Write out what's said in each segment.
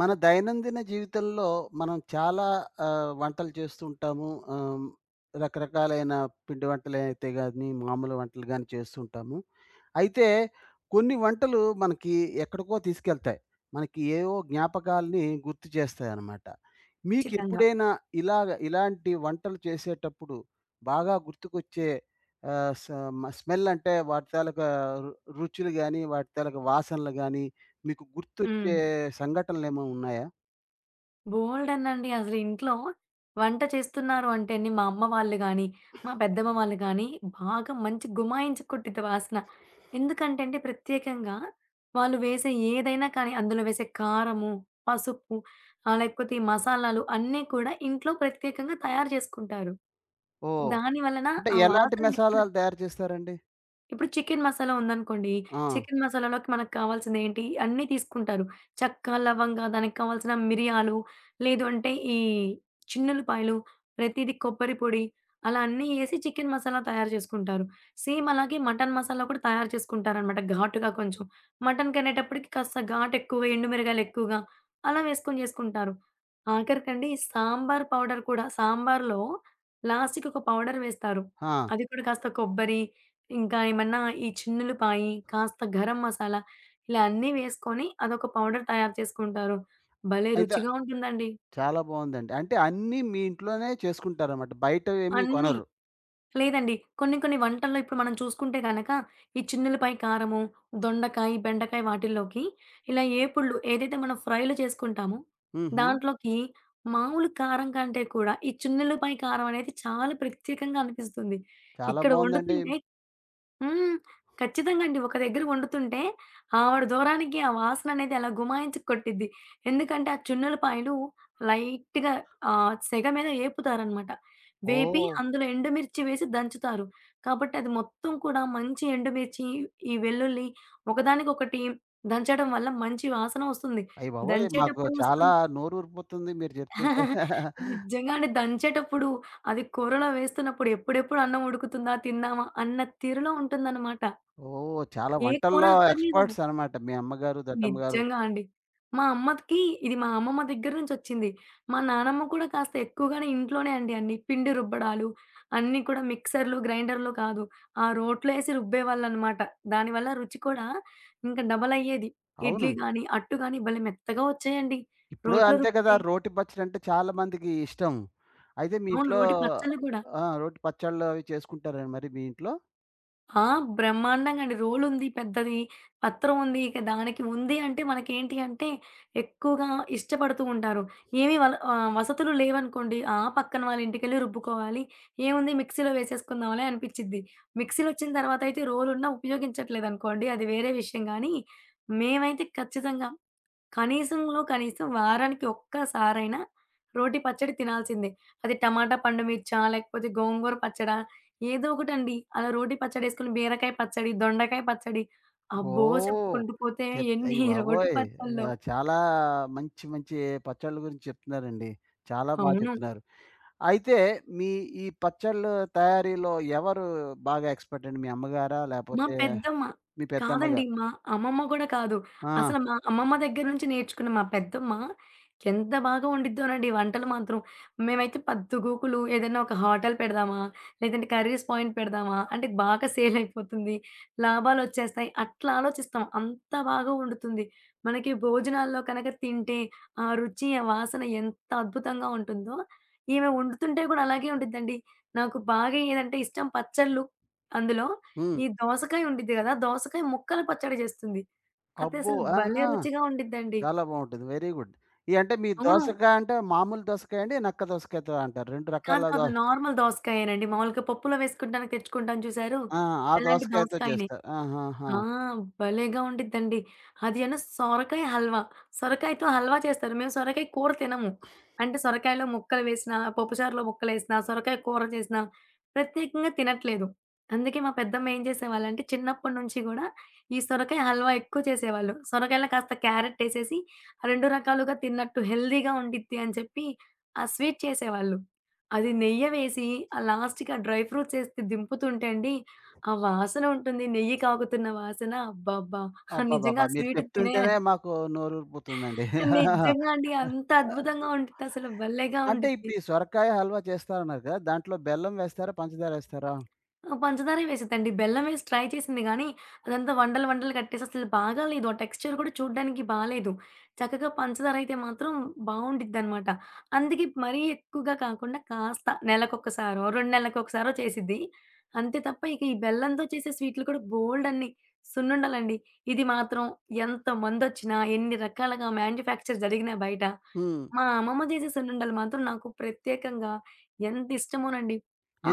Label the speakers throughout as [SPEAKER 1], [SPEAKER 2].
[SPEAKER 1] మన దైనందిన జీవితంలో మనం చాలా వంటలు చేస్తూ ఉంటాము. ఆహ్, రకరకాలైన పిండి వంటలైతే గాని, మామూలు వంటలు గాని చేస్తూ ఉంటాము. అయితే కొన్ని వంటలు మనకి ఎక్కడికో తీసుకెళ్తాయి. మనకి ఏవో జ్ఞాపకాల్ని గుర్తు చేస్తాయన్నమాట.
[SPEAKER 2] ఖచ్చితంగా.
[SPEAKER 1] మీకెప్పుడైనా ఇలాగ ఇలాంటి వంటలు చేసేటప్పుడు బాగా గుర్తుకొచ్చే ఆహ్, స మ స్మెల్ అంటే వాటి తాలూకా రు రుచులు గాని, వాటి తాలూకా వాసనలు గాని మీకు
[SPEAKER 2] హ్మ్.
[SPEAKER 1] గుర్తొచ్చే సంఘటనలేమో ఉన్నాయా?
[SPEAKER 2] బోలెడన్నండి. అసలు ఇంట్లో వంట చేస్తున్నారు అంటేనే మా అమ్మ వాళ్ళు గాని, మా పెద్దమ్మ వాళ్ళు గాని బాగా మంచి గుమాయించి కొట్టిద్ది వాసన. ఎందుకంటే అండి ప్రత్యేకంగా వాళ్ళు వేసే ఏదైనా కానీ అందులో వేసే కారము, పసుపు లేకపోతే ఈ మసాలాలు అన్నీ కూడా ఇంట్లో ప్రత్యేకంగా తయారు చేసుకుంటారు.
[SPEAKER 1] ఓహ్!
[SPEAKER 2] దాని వలన
[SPEAKER 1] అంటే
[SPEAKER 2] ఆ
[SPEAKER 1] ఎలాంటి
[SPEAKER 2] వాసన ఎక్కడ
[SPEAKER 1] మసాలాలు తయారు చేస్తారండి?
[SPEAKER 2] ఇప్పుడు చికెన్ మసాలా ఉందనుకోండి.
[SPEAKER 1] ఆ!
[SPEAKER 2] చికెన్ మసాలాలోకి మనకు కావాల్సిందేంటి అన్నీ తీసుకుంటారు. చెక్క, లవంగా, దానికి కావాల్సిన మిరియాలు, లేదు అంటే ఈ చిన్నుల్లిపాయలు, ప్రతీది కొబ్బరి పొడి అలా అన్నీ ఏసి చికెన్ మసాలా తయారు చేసుకుంటారు. సేమ్ అలాగే మటన్ మసాలా కూడా తయారు చేసుకుంటారనమాట ఘాటుగా కొంచెం. మటన్ కనేటప్పటికి కాస్త ఘాటు ఎక్కువగా, ఎండు మిరగాయలు ఎక్కువగా అలా వేసుకొని చేసుకుంటారు. ఆఖరికండి సాంబార్ పౌడర్ కూడా సాంబార్‌లో లాస్ట్‌కి ఒక పౌడర్ వేస్తారు.
[SPEAKER 1] ఆ!
[SPEAKER 2] అది కూడా కాస్త కొబ్బరి ఇంకా ఏమన్నా ఈ చిన్నులపాయి, కాస్త గరం మసాలా ఇలా అన్నీ వేసుకొని అదొక పౌడర్ తయారు చేసుకుంటారు. భలే
[SPEAKER 1] అయితే
[SPEAKER 2] రుచిగా ఉంటుందండి.
[SPEAKER 1] చాలా బావుందండి. అంటే అన్నీ మీ ఇంట్లోనే చేసుకుంటారన్నమాట. బయటవేమీ
[SPEAKER 2] అన్నీ.
[SPEAKER 1] కొనరు.
[SPEAKER 2] లేదండి. కొన్ని కొన్ని వంటల్లో ఇప్పుడు మనం చూసుకుంటే గనక ఈ చిన్నులపాయి కారము, దొండకాయ, బెండకాయ వాటిల్లోకి ఇలా ఏపుళ్ళు ఏదైతే మనం ఫ్రైలు చేసుకుంటామో
[SPEAKER 1] హుహు.
[SPEAKER 2] దాంట్లోకి మామూలు కారం కంటే కూడా ఈ చిన్నులపాయి కారం అనేది చాలా ప్రత్యేకంగా అనిపిస్తుంది.
[SPEAKER 1] చాలా
[SPEAKER 2] ఇక్కడ
[SPEAKER 1] బావుందండి.
[SPEAKER 2] వండుతుంటే హ్మ్. ఖచ్చితంగా అండి. ఒక దగ్గర వండుతుంటే ఆవిడ దూరానికి ఆ వాసననేది అలా గుమాయించి కొట్టిద్ది. ఎందుకంటే, ఆ చున్నులపాయలు లైట్‌గా సెగ మీద ఏపుతారనమాట. వేపి
[SPEAKER 1] ఓహ్!
[SPEAKER 2] అందులో ఎండుమిర్చి వేసి దంచుతారు. కాబట్టి అది మొత్తం కూడా మంచి ఎండుమిర్చి, ఈ వెల్లుల్లి ఒకదానికొకటి దంచడం వల్ల మంచి వాసన వస్తుంది.
[SPEAKER 1] అయ్యబాబోయ్! మాకు
[SPEAKER 2] దంచేటప్పుడు
[SPEAKER 1] చాలా
[SPEAKER 2] వస్తుంది.
[SPEAKER 1] నోరూరిపోతుంది మీరు చెప్తుంటే.
[SPEAKER 2] నిజంగా అండి. దంచేటప్పుడు అది కూరలో వేస్తున్నప్పుడు ఎప్పుడెప్పుడు అన్నం ఉడుకుతుందా? తిందామా? అన్న తీరులో ఉంటుందనమాట.
[SPEAKER 1] ఓహ్! చాలా
[SPEAKER 2] ఏ కూర
[SPEAKER 1] వంటల్లో
[SPEAKER 2] అక్కర్లేదు.
[SPEAKER 1] ఎక్స్‌పర్ట్స్ అన్నమాట మీ అమ్మగారు, దద్దమ్మ గారు.
[SPEAKER 2] నిజంగా అండి. మా అమ్మకి ఇది మా అమ్మమ్మ దగ్గర నుంచొచ్చింది. మా నానమ్మ కూడా కాస్త ఎక్కువగానే ఇంట్లోనే అండి అన్ని. పిండి రుబ్బడాలు, అన్నీ కూడా మిక్సర్‌లు, గ్రైండర్‌లు కాదు. ఆ రోట్లో ఏసి రుబ్బేవాళ్ళనమాట. దానివల్ల రుచి కూడా ఇంకా డబల్ అయ్యేది.
[SPEAKER 1] అవును.
[SPEAKER 2] ఇడ్లీ గాని, అట్టు గాని భలే మెత్తగా వచ్చేయండి.
[SPEAKER 1] ఇప్పుడు
[SPEAKER 2] రోట్లో
[SPEAKER 1] అంతే కదా!
[SPEAKER 2] రుబ్బితే.
[SPEAKER 1] రోటి పచ్చడంటే చాలా మందికి ఇష్టం. అయితే మీ
[SPEAKER 2] అవును.
[SPEAKER 1] ఇంట్లో
[SPEAKER 2] రోటి పచ్చళ్ళు కూడా.
[SPEAKER 1] ఆ! రోటి పచ్చళ్ళు అవి చేసుకుంటారా మరి మీ ఇంట్లో?
[SPEAKER 2] ఆ! బ్రహ్మాండంగండి. రోలుంది పెద్దది, పత్రం ఉంది. ఇక దానికి ఉంది అంటే మనకేంటి అంటే ఎక్కువగా ఇష్టపడుతూ ఉంటారు. ఏమి వల వసతులు లేవనుకోండి, ఆ పక్కన వాళ్ళ ఇంటికెళ్ళి రుబ్బుకోవాలి. ఏముంది మిక్సీలో వేసేసుకుందాంలే అనిపిచ్చిద్ది. మిక్సీలొచ్చిన తర్వాతయితే రోలున్నా ఉపయోగించట్లేదనుకోండి అది వేరే విషయం గానీ, మేమైతే ఖచ్చితంగా కనీసంలో కనీసం వారానికి ఒక్కసారైనా రోటి పచ్చడి తినాల్సిందే. అది టమాటా పండు మిర్చా, లేకపోతే గోంగూర పచ్చడా, ఏదో ఒకటండి. అలా రోటి పచ్చడేసుకొని బీరకాయ పచ్చడి, దొండకాయ పచ్చడి, అబ్బో!
[SPEAKER 1] ఓహ్!
[SPEAKER 2] చెప్పుకుంటూ పోతే ఎన్ని
[SPEAKER 1] అయ్య
[SPEAKER 2] రోటి
[SPEAKER 1] బాబోయ్!
[SPEAKER 2] పచ్చళ్ళు.
[SPEAKER 1] చాలా మంచి మంచి పచ్చళ్ళ గురించి చెప్తున్నారండి. చాలా బా
[SPEAKER 2] అవును.
[SPEAKER 1] చెప్తున్నారు. అయితే మీ ఈ పచ్చళ్ళు తయారీలో ఎవరు బాగా ఎక్స్‌పర్ట్ అండి? మీ అమ్మగారా?
[SPEAKER 2] మా
[SPEAKER 1] లేపోతే
[SPEAKER 2] పెద్దమ్మ.
[SPEAKER 1] మీ
[SPEAKER 2] కాదండి.
[SPEAKER 1] పెద్దమ్మగారు
[SPEAKER 2] మా అమ్మమ్మ గూడా కాదు.
[SPEAKER 1] ఆ!
[SPEAKER 2] అసలు మా అమ్మమ్మ దగ్గర నుంచి నేర్చుకున్న మా పెద్దమ్మ ఎంత బాగా వండిద్దోనండి వంటలు మాత్రం. మేమైతే పద్దు గూకులు ఏదైనా ఒక హోటల్ పెడదామా? లేదంటే కర్రీస్ పాయింట్ పెడదామా? అంటే బాగా సేల్ అయిపోతుంది. లాభాలొచ్చేస్తాయి. అట్లా ఆలోచిస్తాం. అంత బాగా వండుతుంది. మనకి భోజనాల్లో కనక తింటే ఆ రుచి, ఆ వాసన ఎంత అద్భుతంగా ఉంటుందో, ఈమె వండుతుంటే గూడా అలాగే ఉండిద్దండి. నాకు బాగా ఏదంటే ఇష్టం పచ్చళ్ళు అందులో
[SPEAKER 1] హ్మ్.
[SPEAKER 2] ఈ దోసకాయ ఉండిద్ది గదా! దోసకాయ ముక్కల పచ్చడి జేస్తుంది.
[SPEAKER 1] అబ్బో!
[SPEAKER 2] అదసలు భలే
[SPEAKER 1] ఆహా!
[SPEAKER 2] రుచిగా ఉండిద్దండి.
[SPEAKER 1] చాలా బావుంటుంది. Very good. ఈ అంటే మీ
[SPEAKER 2] అవును.
[SPEAKER 1] దోసకాయ అంటే మామూలు దోసకాయ అండి? నక్క దోసకాయతో అంటారు. 2
[SPEAKER 2] కాదు.
[SPEAKER 1] రకాల దో
[SPEAKER 2] కాదు. నార్మల్ దోసకాయేనండి. మామూలుగా పప్పులో వేసుకుంటానికి తెచ్చుకుంటాం చూసారు?
[SPEAKER 1] ఆ! ఆ
[SPEAKER 2] అలాంటి
[SPEAKER 1] దోసకాయతో
[SPEAKER 2] దోసకాయనే.
[SPEAKER 1] చేస్తారు. ఆహాహా!
[SPEAKER 2] ఆ! భలేగా ఉండిద్దండి. అది అను సొరకాయ హల్వా. సొరకాయతో హల్వా చేస్తారు. మేము సొరకాయ కూర తినము. అంటే సొరకాయలో ముక్కలు వేసినా, పప్పుచారులో ముక్కలేసినా, సొరకాయ కూర చేసినా ప్రత్యేకంగా తినట్లేదు. అందుకే మా పెద్దమ్మ ఏం చేసేవాళ్ళంటే చిన్నప్పటి నుంచి గూడా ఈ సొరకాయ హల్వా ఎక్కువ చేసేవాళ్ళు. సొరకాయలో కాస్త క్యారట్ ఏసేసి 2 రకాలుగా తిన్నట్టు హెల్తీగా ఉండిద్ది అని చెప్పి ఆ స్వీట్ చేసేవాళ్ళు. అది నెయ్య వేసి ఆ లాస్ట్‌కి ఆ డ్రై ఫ్రూట్స్ ఏసి దింపుతుంటే అండి ఆ వాసన ఉంటుంది. నెయ్యి కాగుతున్న వాసన అబ్బబ్బా!
[SPEAKER 1] అబ్బబ్బబ్బా!
[SPEAKER 2] నిజంగా ఆ
[SPEAKER 1] మీరు
[SPEAKER 2] స్వీట్ తినే
[SPEAKER 1] చెప్తుంటేనే మాకు నోరూరిపోతుందండి.
[SPEAKER 2] నిజంగా అండి. అంత అద్భుతంగా ఉండిద్దసలు భలేగా
[SPEAKER 1] అంటే
[SPEAKER 2] ఉండిద్ది.
[SPEAKER 1] ఇప్పుడు ఈ సొరకాయ హల్వా చేస్తారన్నారు కదా! దాంట్లో బెల్లం వేస్తారా? పంచదార ఏస్తారా?
[SPEAKER 2] ఆ! పంచదారే వేసిద్దండి. బెల్లం వేసి ట్రై చేసింది గానీ, అదంతా వండలు వండలు కట్టేసి అసలు బాగాలేదు. ఆ టెక్స్చర్ కూడా చూడ్డానికి బాలేదు. చక్కగా పంచదారయితే మాత్రం బావుండిద్దనమాట. అందుకే మరీ ఎక్కువగా కాకుండా కాస్త నెలకొకసారో, 2 నెలలకొకసారో చేసిద్ది. అంతే తప్ప ఇక ఈ బెల్లంతో చేసే స్వీట్లు కూడా బోలెడన్ని సున్నుండలండి. ఇది మాత్రం ఎంతమందొచ్చినా, ఎన్ని రకాలుగా మ్యాన్యుఫ్యాక్చర్ జరిగినా బయట,
[SPEAKER 1] హ్మ్.
[SPEAKER 2] మా అమ్మమ్మ చేసే సున్నుండలు మాత్రం నాకు ప్రత్యేకంగా ఎంత ఇష్టమోనండి.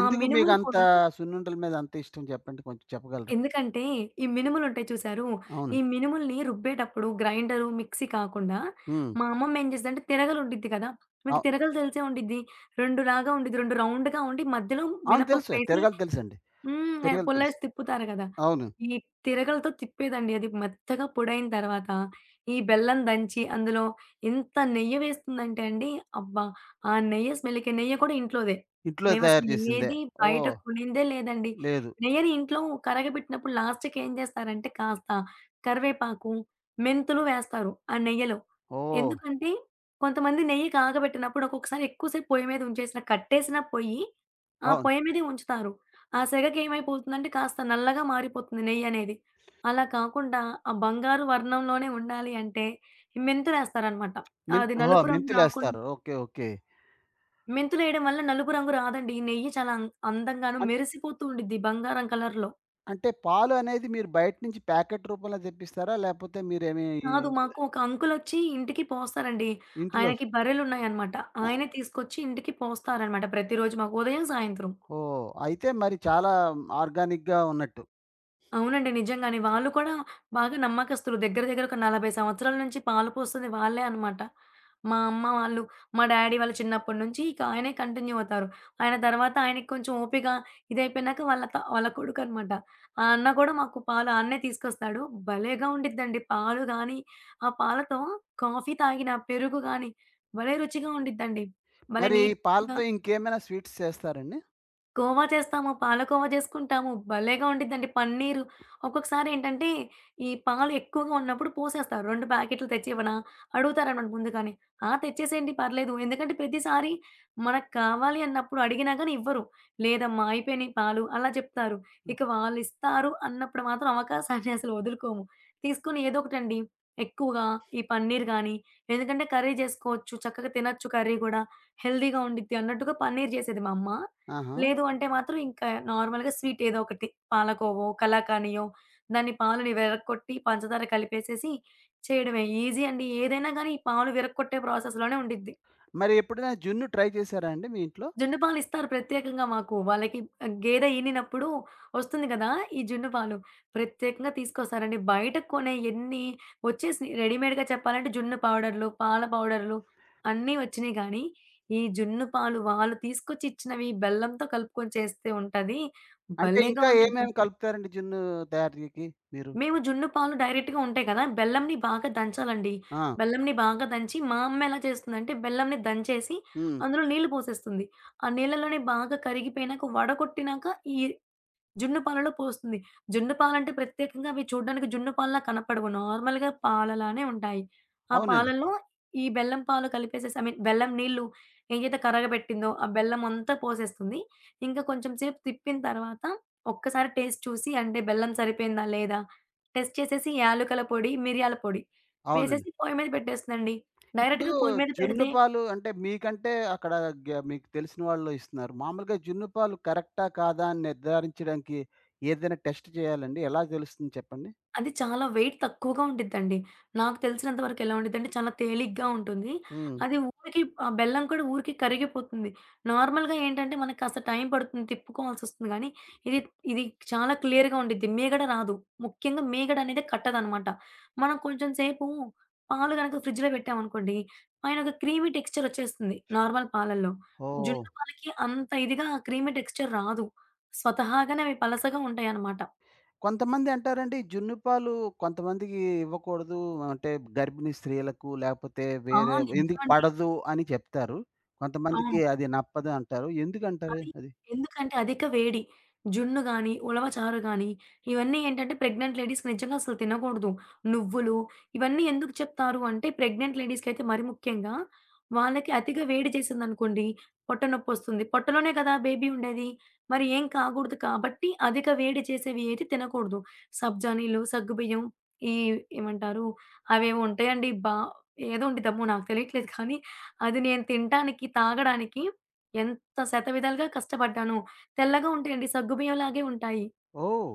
[SPEAKER 2] ఆ మినుములు
[SPEAKER 1] మీకంత
[SPEAKER 2] కూడా
[SPEAKER 1] సున్నుండల మీద అంత ఇష్టం చెప్పండి? కొంచెం చెప్పగలరా?
[SPEAKER 2] ఎందుకంటే, ఈ మినుములుంటాయి చూసారూ?
[SPEAKER 1] అవును.
[SPEAKER 2] ఈ మినుముల్ని రుబ్బేటప్పుడు గ్రైండరు, మిక్సీ కాకుండా
[SPEAKER 1] హ్మ్.
[SPEAKER 2] మా అమ్మమ్మ ఏం చేసేదంటే తిరగలుండిద్ది కదా! మీకు
[SPEAKER 1] అవ్
[SPEAKER 2] తిరగలు తెలిసే ఉండిద్ది. 2 లాగా ఉండిద్ది. 2 రౌండ్‌గా ఉండి మధ్యలో
[SPEAKER 1] అవును. తెలుసు.
[SPEAKER 2] మినపప్పేసి
[SPEAKER 1] తిరగలి తెలుసండి.
[SPEAKER 2] హ్మ్.
[SPEAKER 1] తిరగలి తెలుసు.
[SPEAKER 2] పుల్లేసి తిప్పుతారు గదా!
[SPEAKER 1] అవును.
[SPEAKER 2] ఈ తిరగలతో తిప్పేదండి. అది మెత్తగా పొడైన తర్వాత, ఈ బెల్లం దంచి అందులో ఎంత నెయ్యి వేస్తుందంటే అండి, అబ్బా! ఆ నెయ్యి స్మెల్‌కి నెయ్యి కూడా ఇంట్లోదే.
[SPEAKER 1] ఇంట్లో తయారు
[SPEAKER 2] మేమసలు
[SPEAKER 1] చేసిందే.
[SPEAKER 2] ఏది బయట
[SPEAKER 1] ఓహ్!
[SPEAKER 2] కొనిందే లేదండి.
[SPEAKER 1] లేదు.
[SPEAKER 2] నెయ్యిని ఇంట్లో కరగబెట్టినప్పుడు లాస్ట్‌కి ఏం చేస్తారంటే కాస్త కరివేపాకు, మెంతులు వేస్తారు ఆ నెయ్యిలో.
[SPEAKER 1] ఓహ్!
[SPEAKER 2] ఎందుకంటే కొంతమంది నెయ్యి కాగబెట్టినప్పుడు ఒక్కొక్కసారి ఎక్కువ సేపు పొయ్యి మీద ఉంచేసిన కట్టేసినా పొయ్యి, ఆ
[SPEAKER 1] అవును.
[SPEAKER 2] పొయ్యి మీదే ఉంచుతారు. ఆ సెగకేమైపోతుందంటే కాస్త నల్లగా మారిపోతుంది నెయ్యనేది. అలా కాకుండా ఆ బంగారు వర్ణంలోనే ఉండాలి అంటే మెంతులేస్తారనమాట. అది
[SPEAKER 1] ఓహో!
[SPEAKER 2] నలుపు రంగు రాకుండా
[SPEAKER 1] మెంతులేస్తారు. ఓకే. ఓకే.
[SPEAKER 2] మెంతులేయడం వల్ల నలుపు రంగు రాదండి. ఈ నెయ్యి చాలా అం అందంగాను
[SPEAKER 1] అన్
[SPEAKER 2] మెరిసిపోతూ ఉండిద్ది బంగారం కలర్‌లో.
[SPEAKER 1] అంటే పాలు అనేది మీరు బయట నుంచి ప్యాకెట్ రూపంలో తెప్పిస్తారా? లేపోతే మీరేమి
[SPEAKER 2] కాదు మాకు ఒక అంకులొచ్చి ఇంటికి పోస్తారండి.
[SPEAKER 1] ఇంట్లో
[SPEAKER 2] ఆయనకి బర్రెలున్నాయనమాట.
[SPEAKER 1] ఆ!
[SPEAKER 2] ఆయనే తీసుకొచ్చి ఇంటికి పోస్తారనమాట ప్రతిరోజు మాకు ఉదయం, సాయంత్రం.
[SPEAKER 1] ఓహ్! అయితే మరి చాలా ఆర్గానిక్‌గా ఉన్నట్టు.
[SPEAKER 2] అవునండి. నిజంగానే. వాళ్ళు కూడా బాగా నమ్మకస్తులు. దగ్గర దగ్గర ఒక 40 సంవత్సరాల నుంచి పాలు పోస్తుంది వాళ్ళే అనమాట. మా అమ్మ వాళ్ళు, మా డ్యాడీ వాళ్ళు చిన్నప్పటి నుంచి ఇక ఆయనే కంటిన్యూ అవుతారు. ఆయన తర్వాత ఆయనకి కొంచెం ఓపిక ఇదైపోయినాక వాళ్ళ త వాళ్ళ కొడుకనమాట. ఆ అన్న కూడా మాకు పాలు అన్నే తీసుకొస్తాడు. భలేగా ఉండిద్దండి. పాలు గాని, ఆ పాలతో కాఫీ తాగిన పెరుగు గాని భలే రుచిగా ఉండిద్దండి. భలే
[SPEAKER 1] మరి
[SPEAKER 2] నీట్‌గా
[SPEAKER 1] పాలతో ఇంకేమైనా స్వీట్స్ చేస్తారండి?
[SPEAKER 2] కోవా చేస్తాము. పాలకోవా చేసుకుంటాము. భలేగా ఉండిద్దండి. పన్నీరు ఒక్కొక్కసారి ఏంటంటే, ఈ పాలు ఎక్కువగా ఉన్నప్పుడు పోసేస్తారు. 2 ప్యాకెట్లు తెచ్చివ్వనా? అడుగుతారనమాట ముందుగానే. ఆ! తెచ్చేసేయండి పర్లేదు. ఎందుకంటే ప్రతిసారి మనకు కావాలి అన్నప్పుడు అడిగినా గాని ఇవ్వరు. లేదమ్మా అయిపోయినాయి పాలు అలా చెప్తారు. ఇక వాళ్ళిస్తారు అన్నప్పుడు మాత్రం అవకాశాన్ని అసలు వదులుకోము. తీసుకొని ఏదో ఒకటండి ఎక్కువగా ఈ పన్నీర్ గానీ, ఎందుకంటే కర్రీ చేసుకోవచ్చు. చక్కగా తినొచ్చు కర్రీ గూడా. హెల్తీగా ఉండిద్ది అన్నట్టుగా పన్నీర్ చేసేది మా అమ్మ.
[SPEAKER 1] ఆహా!
[SPEAKER 2] లేదు అంటే మాత్రం ఇంకా నార్మల్‌గా స్వీట్ ఏదో ఒకటి పాలకోవో, కలాకానియో దాన్ని పాలని విరగ్గొట్టి పంచదార కలిపేసేసి చేయడమే. ఈజీ అండి. ఏదైనా గానీ ఈ పాలు విరగ్గొట్టే ప్రాసెస్‌లోనే ఉండిద్ది.
[SPEAKER 1] మరి ఎప్పుడైనా జున్ను ట్రై చేసారా అండి మీ ఇంట్లో?
[SPEAKER 2] జున్ను పాలిస్తారు ప్రత్యేకంగా మాకు. వాళ్ళకి గేదె ఈనినప్పుడు వస్తుంది కదా! ఈ జున్ను పాలు ప్రత్యేకంగా తీసుకొస్తారండి. బయట కొనే ఎన్ని వచ్చేసినియి రెడీమేడ్‌గా చెప్పాలంటే జున్ను పౌడర్‌లు, పాల పౌడర్‌లు అన్నీ వచ్చినియి గానీ, ఈ జున్ను పాలు వాళ్ళు తీసుకొచ్చి ఇచ్చినవి బెల్లంతో కలుపుకొని చేస్తే ఉంటది.
[SPEAKER 1] అంటే
[SPEAKER 2] భలేగా
[SPEAKER 1] ఇంకా
[SPEAKER 2] ఉండిద్దండి.
[SPEAKER 1] ఏమేమి కలుపుతారండి జున్ను తయారీకి మీరు?
[SPEAKER 2] మేము జున్ను పాలు డైరెక్ట్‌గా ఉంటాయి కదా! బెల్లంని బాగా దంచాలండి.
[SPEAKER 1] ఆ!
[SPEAKER 2] బెల్లంని బాగా దంచి మా అమ్మ ఎలా చేస్తుందంటే బెల్లంని దంచేసి
[SPEAKER 1] హ్మ్.
[SPEAKER 2] అందులో నీళ్లు పోసేస్తుంది. ఆ నీళ్లలోనే బాగా కరిగిపోయినాక, వడగొట్టినాక ఈ జున్ను పాలలో పోస్తుంది. జున్ను పాలంటే ప్రత్యేకంగా అవి చూడ్డానికి జున్ను పాల్లా కనపడవు. నార్మల్‌గా పాలలానే ఉంటాయి. ఆ
[SPEAKER 1] అవునండి.
[SPEAKER 2] పాలలో ఈ బెల్లం పాలు కలిపేసేసి ఐ మీన్ బెల్లం నీళ్ళు ఏదైతే కరగబెట్టిందో ఆ బెల్లం అంతా పోసేస్తుంది. ఇంకా కొంచెం సేపు తిప్పిన తర్వాత ఒక్కసారి టేస్ట్ చూసి అంటే బెల్లం సరిపోయిందా లేదా టెస్ట్ చేసేసి యాలుకల పొడి, మిరియాల పొడి
[SPEAKER 1] అవునండి.
[SPEAKER 2] వేసేసి పొయ్యి మీద పెట్టేస్తుందండి.
[SPEAKER 1] ఇప్పుడు
[SPEAKER 2] డైరెక్ట్‌గా పొయ్యి మీద
[SPEAKER 1] జున్ను
[SPEAKER 2] పెడితే
[SPEAKER 1] పాలు అంటే మీకంటే అక్కడ మీకు తెలిసిన వాళ్ళు ఇస్తున్నారు. మామూలుగా జున్ను పాలు కరెక్టా? కాదా? అని నిర్ధారించడానికి ఏదైనా టెస్ట్ చేయాలండి. ఎలా తెలుస్తుంది చెప్పండి?
[SPEAKER 2] అది చాలా వెయిట్ తక్కువగా ఉండిద్దండి. నాకు తెలిసినంత వరకు ఎలా ఉండిద్దంటే చాలా తేలిగ్గా ఉంటుంది.
[SPEAKER 1] హ్మ్.
[SPEAKER 2] అది ఊరికి ఆ బెల్లం కూడా ఊరికే కరిగిపోతుంది. నార్మల్‌గా ఏంటంటే మనకి కాస్త టైం పడుతుంది తిప్పుకోవాల్సొస్తుంది గానీ, ఇది ఇది చాలా క్లియర్‌గా ఉండిద్ది. మీగడ రాదు. ముఖ్యంగా మీగడ అనేది కట్టదనమాట. మనం కొంచెం సేపు పాలు గనక ఫ్రిడ్జ్‌లో పెట్టామనుకోండి, పైన ఒక క్రీమీ టెక్స్చర్ ఒచ్చేస్తుంది నార్మల్ పాలల్లో.
[SPEAKER 1] ఓహ్!
[SPEAKER 2] జున్ను పాలకి అంత ఇదిగా క్రీమీ టెక్స్చర్ రాదు. స్వతహాగానే అవి పలసగా ఉంటాయనమాట.
[SPEAKER 1] కొంతమంది అంటారండి జున్ను పాలు కొంతమందికి ఇవ్వకూడదు. అంటే గర్భిణీ స్త్రీలకు లేకపోతే
[SPEAKER 2] ఆ!
[SPEAKER 1] వేరే ఎందుకు
[SPEAKER 2] నిజమండి.
[SPEAKER 1] పడదు అని చెప్తారు.
[SPEAKER 2] ఆ!
[SPEAKER 1] కొంతమందికి అది నప్పదు అంటారు. ఎందుకంటారు
[SPEAKER 2] అది
[SPEAKER 1] అది?
[SPEAKER 2] ఎందుకంటే అధిక వేడి. జున్ను గాని, ఉలవ చారు గాని, ఇవన్నీ ఏంటంటే ప్రెగ్నెంట్ లేడీస్‌కి నిజంగా అసలు తినకూడదు. నువ్వులు ఇవన్నీ ఎందుకు చెప్తారు అంటే ప్రెగ్నెంట్ లేడీస్‌కైతే మరి ముఖ్యంగా వాళ్ళకి అతిగా వేడి చేసిందనుకోండి పొట్ట నొప్పొస్తుంది. పొట్టలోనే కదా బేబీ ఉండేది. మరి ఏం కాకూడదు కాబట్టి అధిక వేడి చేసేవి ఏది తినకూడదు. సబ్జా నీళ్ళు, సగ్గుబియ్యం ఈ ఏమంటారు అవేవో ఉంటాయండి. బా ఏదో ఉండిద్దమ్మో నాకు తెలియట్లేదు కానీ అది నేను తినటానికి, తాగడానికి ఎంత శత విధాలుగా కష్టపడ్డానో. తెల్లగా ఉంటాయండి. సగ్గుబియ్యంలాగే ఉంటాయి.
[SPEAKER 1] ఓహ్!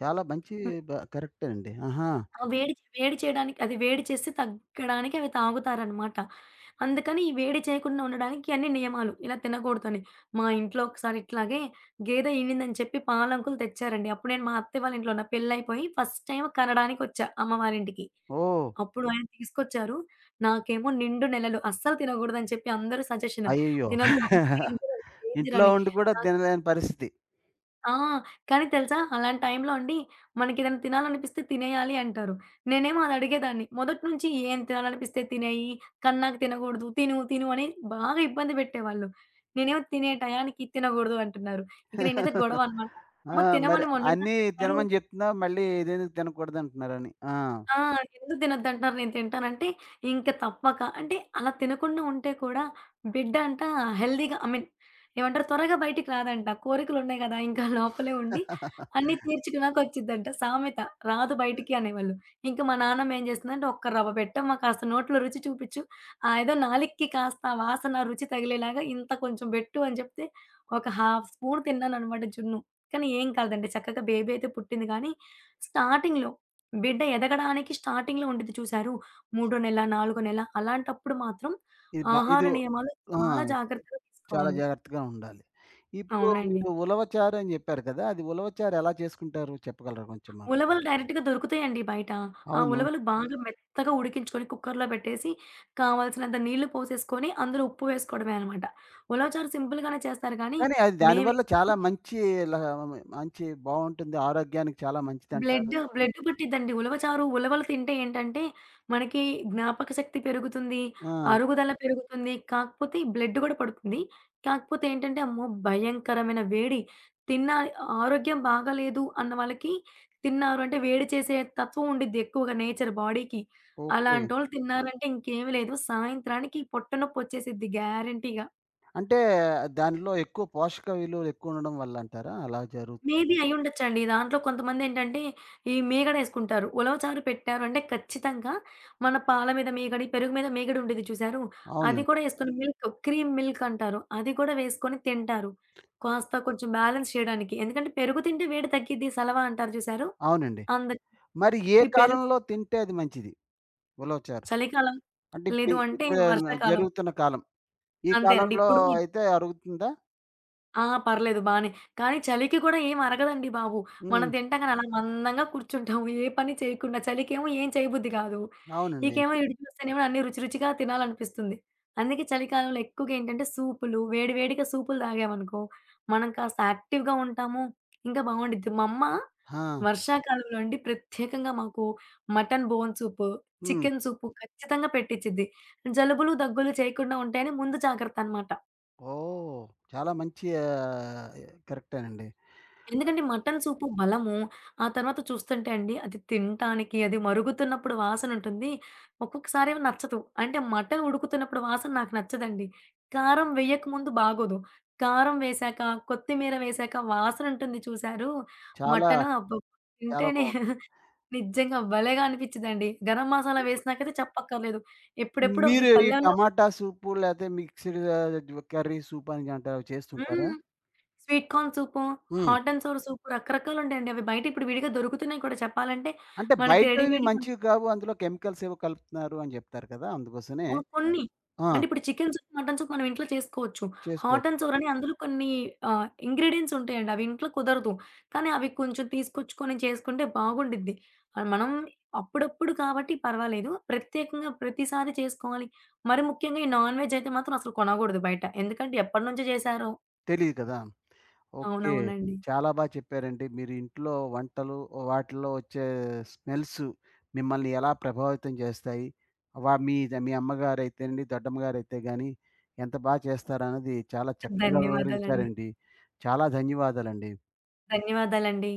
[SPEAKER 1] చాలా మంచి
[SPEAKER 2] హ్మ్.
[SPEAKER 1] కరెక్టే అండి. ఆహా!
[SPEAKER 2] ఆ వేడి వేడి చేయడానికి అది వేడి చేసి తగ్గడానికి అవి తాగుతారనమాట. అందుకని ఈ వేడి చేయకుండా ఉండడానికి ఇయన్నీ నియమాలు. ఇలా తినకూడదని. మా ఇంట్లో ఒకసారి ఇట్లాగే గేదె ఈనిందని చెప్పి పాల అంకులు తెచ్చారండి. అప్పుడు నేను మా అత్తయ్య వాళ్ళ ఇంట్లో ఉన్నా. పెళ్లయిపోయి ఫస్ట్ టైమ్ కనడానికొచ్చా అమ్మవారింటికి.
[SPEAKER 1] ఓహ్!
[SPEAKER 2] అప్పుడు ఆయన తీసుకొచ్చారు. నాకేమో నిండు నెలలు అస్సలు తినగూడదని చెప్పి అందరూ సజెషన్.
[SPEAKER 1] అయ్యయ్యో!
[SPEAKER 2] తినొద్దు అమ్మో! డేంజర్, డేంజర్
[SPEAKER 1] ఇంట్లో
[SPEAKER 2] అని.
[SPEAKER 1] ఉండి కూడా
[SPEAKER 2] నాకు
[SPEAKER 1] తినలేని పరిస్థితి.
[SPEAKER 2] ఆ! కానీ తెలుసా? అలాంటి టైంలో అండి మనకేదైనా తినాలనిపిస్తే తినేయాలి అంటారు. నేనేమో అది అడిగేదాన్ని. మొదటి నుంచి ఏం తినాలనిపిస్తే తినేయి, కన్నాక తినకూడదు, తిను తిను అని బాగా ఇబ్బంది పెట్టేవాళ్ళు. నేనేమో తినే టయానికి తినకూడదు అంటున్నారు. ఇక నేనైతే గొడవ అన్నమాట.
[SPEAKER 1] ఆ!
[SPEAKER 2] అమ్మ
[SPEAKER 1] మరి
[SPEAKER 2] తినమని
[SPEAKER 1] అన్నీ
[SPEAKER 2] మొన్నటిదాకా చెప్పారు.
[SPEAKER 1] తినమని జెప్తున్నావు. మళ్ళీ ఇదెందుకు తినకూడదంటున్నారని. ఆ!
[SPEAKER 2] ఆ! ఎందుకు తినొద్దంటున్నారు నేను తింటానంటే, ఇంక తప్పక. అంటే అలా తినకుండా ఉంటే కూడా బిడ్డ అంట హెల్తీగా ఐ మీన్ ఏమంటారు త్వరగా బయటికి రాదంట. కోరికలున్నాయి గదా! ఇంకా లోపలే ఉండి అన్నీ తీర్చుకున్నాకొచ్చిద్దంట సామెత. రాదు బయటికి అనేవాళ్ళు. ఇంక మా నాన్నమ్మ ఏం చేస్తుందంటే, "ఒక్క రవ్వ పెట్టమ్మా కాస్త నోట్లో రుచి చూపిచ్చు. ఆ ఏదో నాలికకి కాస్త ఆ వాసన, రుచి తగిలేలాగా ఇంత కొంచెం పెట్టు" అని చెప్తే ఒక హాఫ్ స్పూన్ తిన్నాననమాట జున్ను. కానీ ఏం కాదండి చక్కగా బేబీ అయితే పుట్టింది గానీ, స్టార్టింగ్‌లో బిడ్డ ఎదగడానికి స్టార్టింగ్‌లో ఉండిద్ది చూసారు. మూడో నెల, నాలుగో నెల అలాంటప్పుడు మాత్రం
[SPEAKER 1] ఇది బా
[SPEAKER 2] ఆహార
[SPEAKER 1] ఇది
[SPEAKER 2] నియమాలు
[SPEAKER 1] ఆ!
[SPEAKER 2] చాలా జాగ్రత్తగా
[SPEAKER 1] చాలా
[SPEAKER 2] తీసుకోవాలి.
[SPEAKER 1] జాగ్రత్తగా ఉండాలి. ఇప్పుడు
[SPEAKER 2] అవునండి.
[SPEAKER 1] మీరు ఉలవచారు అని జెప్పారు కదా! అది ఉలవచారు ఎలా చేసుకుంటారు చెప్పగలరా కొంచెం మాకు?
[SPEAKER 2] ఉలవలు డైరెక్ట్‌గా దొరుకుతాయండి బయట. ఆ
[SPEAKER 1] అవును.
[SPEAKER 2] ఉలవలు బాగా మెత్తగా ఉడికించుకొని కుక్కర్‌లో పెట్టేసి కావాల్సినంత నీళ్లు పోసేసుకొని అందులో ఉప్పు వేసుకోవడమే అనమాట. ఉలవచారు సింపుల్‌గానే చేస్తారు కానీ,
[SPEAKER 1] కానీ అది
[SPEAKER 2] మేం
[SPEAKER 1] దానివల్ల చాలా మంచి ల మంచి బావుంటుంది. ఆరోగ్యానికి చాలా మంచిదంటారు.
[SPEAKER 2] బ్లడ్ పట్టిద్దండి. ఉలవచారు, ఉలవలు తింటే ఏంటంటే, మనకి జ్ఞాపక శక్తి పెరుగుతుంది,
[SPEAKER 1] ఆ!
[SPEAKER 2] అరుగుదల పెరుగుతుంది. కాకపోతే బ్లడ్ గూడా పడుతుంది. కాకపోతే ఏంటంటే, అమ్మో! భయంకరమైన వేడి. తిన్న ఆరోగ్యం బాగాలేదు అన్న వాళ్ళకి, తిన్నారు అంటే వేడి చేసే తత్వం ఉండిద్ది ఎక్కువగా నేచర్ బాడీకి.
[SPEAKER 1] ఓకే.
[SPEAKER 2] అలాంటోళ్ళు తిన్నారంటే ఇంకేమి లేదు. సాయంత్రానికి పొట్టనొప్పొచ్చేసిద్ది గ్యారంటీగా.
[SPEAKER 1] అంటే దానిలో ఎక్కువ పోషక విలువలు ఎక్కువుండడం వల్లంటారా? అలా జరుగు
[SPEAKER 2] మేబీ అయ్యుండొచ్చండి. దాంట్లో కొంతమందేంటంటే, ఈ మీగడేసుకుంటారు. ఉలవచారు పెట్టారు అంటే ఖచ్చితంగా మన పాల మీద మీగడ, పెరుగు మీద మీగడ ఉండిద్ది చూసారు? అది
[SPEAKER 1] అవునండి.
[SPEAKER 2] కూడా ఏసుకొని మిల్క్, క్రీమ్ మిల్క్ అంటారు. అది కూడా వేసుకొని తింటారు. కాస్త కొంచెం బ్యాలెన్స్ చేయడానికి. ఎందుకంటే పెరుగు తింటే వేడి తగ్గిద్ది సలవ అంటారు చూసారు?
[SPEAKER 1] అవునండి.
[SPEAKER 2] అందరికి
[SPEAKER 1] మరి ఏ
[SPEAKER 2] ఈ పెరుగు
[SPEAKER 1] కాలంలో తింటే అది మంచిది ఉలవచారు?
[SPEAKER 2] చలికాలం
[SPEAKER 1] అంటే ఇప్పుడు
[SPEAKER 2] లేదు అంటే
[SPEAKER 1] ఇప్పుడు
[SPEAKER 2] వర్షాకాలం.
[SPEAKER 1] జరుగుతున్న కాలం. ఈ
[SPEAKER 2] అంతేనండి.
[SPEAKER 1] కాలంలో
[SPEAKER 2] ఇప్పుడు
[SPEAKER 1] అయితే అరుగుతుందా?
[SPEAKER 2] ఆ! పర్లేదు బానే. కానీ చలికి కూడా ఏం అరగదండి బాబు. మనం
[SPEAKER 1] హ్మ్.
[SPEAKER 2] తింటాం గాని అలా మందంగా కూర్చుంటాము. ఏ పని చేయకుండా. చలికేమో ఏం చేయబుద్ధి కాదు.
[SPEAKER 1] అవునండి.
[SPEAKER 2] ఇకేమో ఈడు చూస్తేనేమో అన్ని రుచి రుచిగా తినాలనిపిస్తుంది. అందుకే చలికాలంలో ఎక్కువగా ఏంటంటే సూపులు, వేడి వేడిగా సూపులు తాగామనుకో, మనం కాస్త యాక్టివ్‌గా ఉంటాము. ఇంకా బావుండిద్ది. మా అమ్మ
[SPEAKER 1] ఆ!
[SPEAKER 2] వర్షాకాలంలో అండి ప్రత్యేకంగా మాకు మటన్ బోన్ సూపు,
[SPEAKER 1] హ్మ్.
[SPEAKER 2] చికెన్ సూపు ఖచ్చితంగా పెట్టిచ్చిద్ది. జలుబులు, దగ్గులు చేయకుండా ఉంటాయని ముందు జాగ్రత్త అన్నమాట.
[SPEAKER 1] ఓహ్! చాలా మంచి కరెక్టేనండి.
[SPEAKER 2] ఎందుకంటే మటన్ సూపు బలము. ఆ తర్వాత చూస్తుంటే అండి అది తినటానికి అది మరుగుతున్నప్పుడు వాసనుంటుంది. ఒక్కొక్కసారేమో నచ్చదు. అంటే మటన్ ఉడుకుతున్నప్పుడు వాసన నాకు నచ్చదండి. కారం వేయకముందు బాగోదు. కారం వేశాక, కొత్తిమీర వేశాక వాసనుంటుంది చూశారు.
[SPEAKER 1] చాలా
[SPEAKER 2] మటను అబ్బబ్బ!
[SPEAKER 1] చాలా
[SPEAKER 2] తింటేనే
[SPEAKER 1] బావుంటుంది.
[SPEAKER 2] నిజంగా భలేగా అనిపిచ్చిదండి. గరం మసాలా వేసినాకైతే చెప్పక్కర్లేదు. ఎప్పుడెప్పుడు అది
[SPEAKER 1] మీరు ఈ
[SPEAKER 2] పల్లెల్లో
[SPEAKER 1] టమాటా సూపు లేతే మిక్స్‌డ్ కర్రీ సూప్ అని అంటారు చేస్తుంటారా?
[SPEAKER 2] హ్మ్. స్వీట్ కార్న్ సూపు,
[SPEAKER 1] హ్మ్.
[SPEAKER 2] హాట్ అండ్ సోర్ సూపు రకరకాలుంటాయండి. అవి బయట ఇప్పుడు విడిగా దొరుకుతున్నాయి కూడా చెప్పాలంటే.
[SPEAKER 1] అంటే
[SPEAKER 2] మనకి
[SPEAKER 1] బయటవి
[SPEAKER 2] రెడీమేడ్‌గా
[SPEAKER 1] మంచివి కావు. అందులో కెమికల్స్ ఏవో కలుపుతున్నారు అని జెప్తారు కదా! అందుకోసమే
[SPEAKER 2] అవును. కొన్ని.
[SPEAKER 1] ఆ!
[SPEAKER 2] అంటే ఇప్పుడు చికెన్ సూప్, మటన్ సూప్ మనం ఇంట్లో చేసుకోవచ్చు. హాట్
[SPEAKER 1] చేసుకోవచ్చు.
[SPEAKER 2] అండ్ సోర్ అని అందులో కొన్ని ఇంగ్రీడియెంట్స్ ఉంటాయండి. అవి ఇంట్లో కుదరదు. కానీ అవి కొంచెం తీసుకొచ్చుకొని చేసుకుంటే బాగుండిద్ది. మనం అప్పుడప్పుడు కాబట్టి పర్వాలేదు. ప్రత్యేకంగా ప్రతిసారి చేసుకోవాలి. మరి ముఖ్యంగా ఈ నాన్ వెజ్ అయితే మాత్రం అసలు కొనగూడదు బయట. ఎందుకంటే ఎప్పటినుంచో చేశారో.
[SPEAKER 1] తెలీదు కదా! ఓకే.
[SPEAKER 2] అవునవునండి.
[SPEAKER 1] చాలా బా చెప్పారండి. మీరు ఇంట్లో వంటలు వాటిల్లో వచ్చే స్మెల్స్ మిమ్మల్ని ఎలా ప్రభావితం చేస్తాయి? వా మీ మీ అమ్మగారైతేనండి, దొడ్డమ్మగారైతే గాని ఎంత బా చేస్తారన్నది చాలా చక్కగా
[SPEAKER 2] ధన్యవాదాలండి.
[SPEAKER 1] వివరించారండి. చాలా ధన్యవాదాలండి.
[SPEAKER 2] ధన్యవాదాలండి.